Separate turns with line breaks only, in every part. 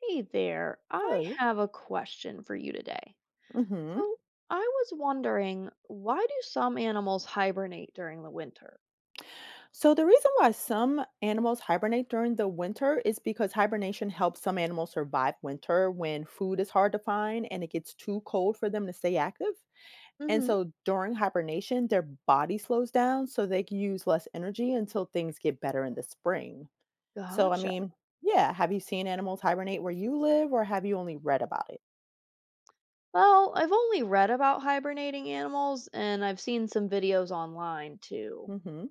Hey there, I
Hello.
have a question for you today.
Hmm.
So, I was wondering, why do some animals hibernate during the winter?
So, the reason why some animals hibernate during the winter is because hibernation helps some animals survive winter when food is hard to find and it gets too cold for them to stay active. And
Hmm.
so, during hibernation, their body slows down so they can use less energy until things get better in the spring. So, I
Gotcha.
mean, yeah, have you seen animals hibernate where you live or have you only read about it?
Well, I've only read about hibernating animals, and I've seen some videos online too.
Hmm.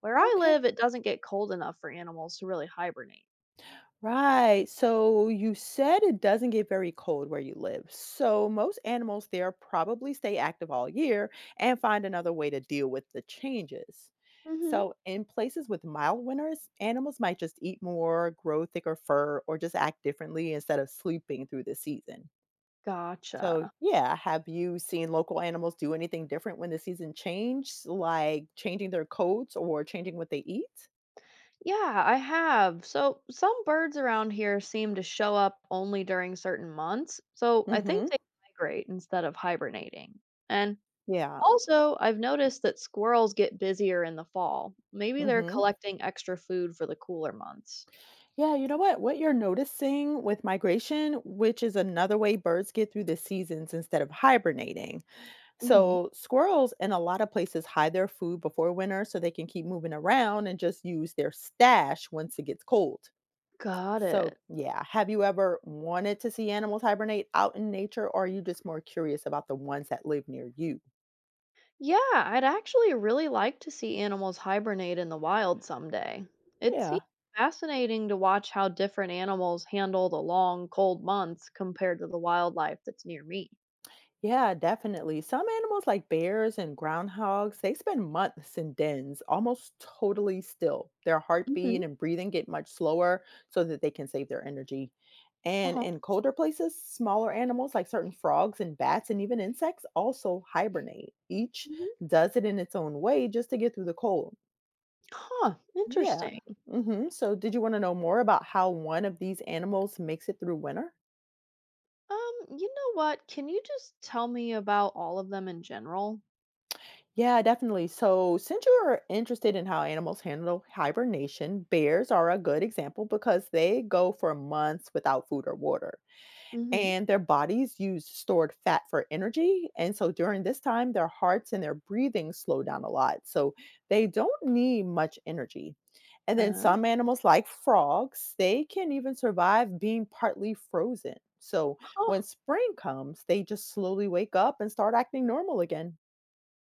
Where I
Okay.
live, it doesn't get cold enough for animals to really hibernate.
Right. So you said it doesn't get very cold where you live. So most animals there probably stay active all year and find another way to deal with the changes.
Hmm.
So in places with mild winters, animals might just eat more, grow thicker fur, or just act differently instead of sleeping through the season. So
Gotcha.
yeah, have you seen local animals do anything different when the season changes, like changing their coats or changing what they eat?
Yeah, I have. So some birds around here seem to show up only during certain months. So I think
Mhm.
they migrate instead of hibernating. And
Yeah.
also, I've noticed that squirrels get busier in the fall. Maybe they're
Mhm.
collecting extra food for the cooler months.
Yeah, you know what? What you're noticing with migration, which is another way birds get through the seasons instead of hibernating.
Hmm.
So, squirrels in a lot of places hide their food before winter so they can keep moving around and just use their stash once it gets cold.
Got
So,
it.
yeah, have you ever wanted to see animals hibernate out in nature, or are you just more curious about the ones that live near you?
Yeah, I'd actually really like to see animals hibernate in the wild someday. It seems
Yeah.
fascinating to watch how different animals handle the long, cold months compared to the wildlife that's near me.
Yeah, definitely. Some animals like bears and groundhogs, they spend months in dens almost totally still. Their heartbeat
Mm-hmm.
and breathing get much slower so that they can save their energy. And
Uh-huh.
in colder places, smaller animals like certain frogs and bats and even insects also hibernate. Each
Hmm.
does it in its own way just to get through the cold.
Huh.
Yeah.
Interesting.
Hmm. So, did you want to know more about how one of these animals makes it through winter?
You know what? Can you just tell me about all of them in general?
Yeah, definitely. So, since you are interested in how animals handle hibernation, bears are a good example because they go for months without food or water.
Mm-hmm.
And their bodies use stored fat for energy. And so, during this time, their hearts and their breathing slow down a lot. So, they don't need much energy. And then,
Uh,
some animals, like frogs, they can even survive being partly frozen. So,
huh.
when spring comes, they just slowly wake up and start acting normal again.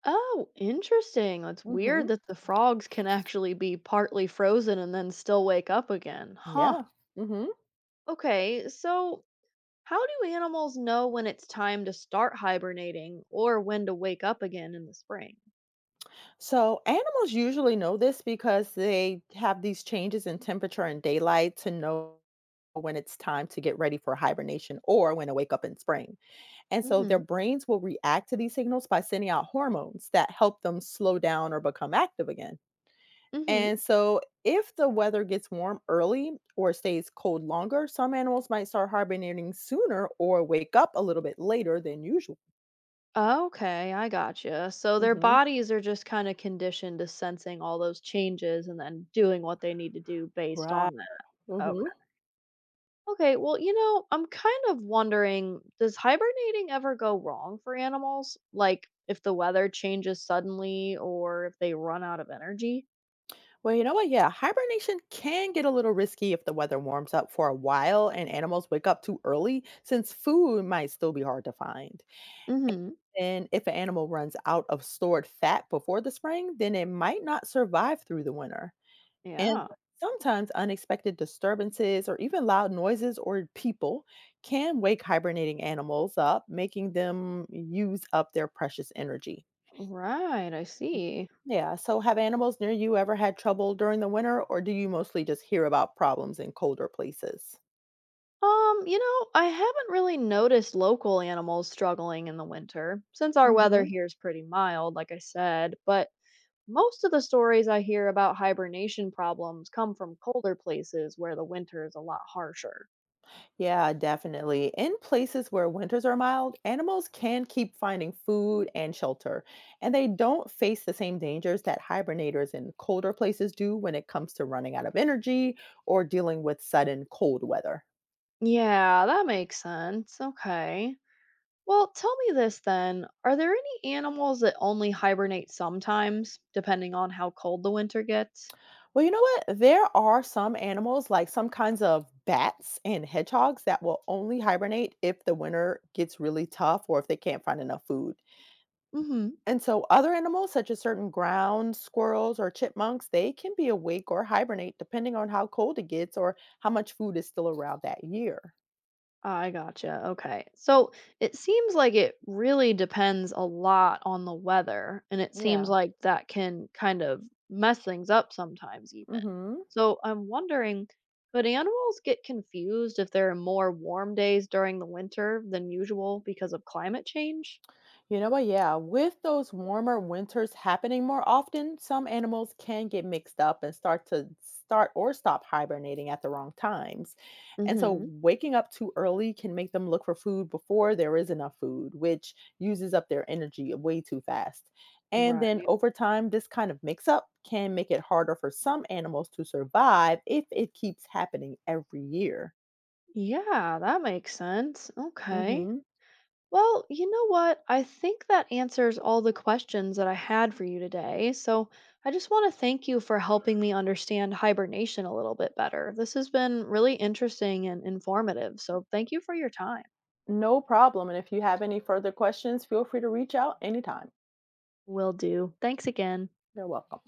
Oh, interesting. It's
Hmm.
weird that the frogs can actually be partly frozen and then still wake up again. Huh.
Yeah. Hmm.
Okay, so how do animals know when it's time to start hibernating or when to wake up again in the spring?
So animals usually know this because they have these changes in temperature and daylight to know when it's time to get ready for hibernation or when to wake up in spring. And so their
Mm-hmm.
brains will react to these signals by sending out hormones that help them slow down or become active again.
Mm-hmm.
And so if the weather gets warm early or stays cold longer, some animals might start hibernating sooner or wake up a little bit later than usual.
Okay, I gotcha. So their
Hmm.
bodies are just kind of conditioned to sensing all those changes and then doing what they need to do based
Right.
on that. Okay. Okay, well, you know, I'm kind of wondering, does hibernating ever go wrong for animals? Like if the weather changes suddenly or if they run out of energy?
Well, you know what? Yeah, hibernation can get a little risky if the weather warms up for a while and animals wake up too early, since food might still be hard to find.
Hmm.
And if an animal runs out of stored fat before the spring, then it might not survive through the winter. And
Yeah.
sometimes unexpected disturbances or even loud noises or people can wake hibernating animals up, making them use up their precious energy.
Right, I see.
Yeah, so have animals near you ever had trouble during the winter, or do you mostly just hear about problems in colder places?
You know, I haven't really noticed local animals struggling in the winter since our
Hmm.
weather here is pretty mild, like I said, but most of the stories I hear about hibernation problems come from colder places where the winter is a lot harsher.
Yeah, definitely. In places where winters are mild, animals can keep finding food and shelter, and they don't face the same dangers that hibernators in colder places do when it comes to running out of energy or dealing with sudden cold weather.
Yeah, that makes sense. Okay. Well, tell me this then. Are there any animals that only hibernate sometimes, depending on how cold the winter gets?
Well, you know what? There are some animals, like some kinds of bats and hedgehogs, that will only hibernate if the winter gets really tough or if they can't find enough food.
Mm hmm.
And so, other animals, such as certain ground squirrels or chipmunks, they can be awake or hibernate depending on how cold it gets or how much food is still around that year.
I gotcha. Okay. So it seems like it really depends a lot on the weather, and it seems
Yeah.
like that can kind of mess things up sometimes,
Mm
even.
hmm.
So I'm wondering, could animals get confused if there are more warm days during the winter than usual because of climate change?
You know what? Yeah, with those warmer winters happening more often, some animals can get mixed up and start or stop hibernating at the wrong times. And so
Hmm.
waking up too early can make them look for food before there is enough food, which uses up their energy way too fast. And then
Right.
over time, this kind of mix up can make it harder for some animals to survive if it keeps happening every year.
Yeah, that makes sense. Okay.
Hmm.
Well, you know what? I think that answers all the questions that I had for you today. So I just want to thank you for helping me understand hibernation a little bit better. This has been really interesting and informative. So thank you for your time.
No problem. And if you have any further questions, feel free to reach out anytime.
Will do. Thanks again.
You're welcome.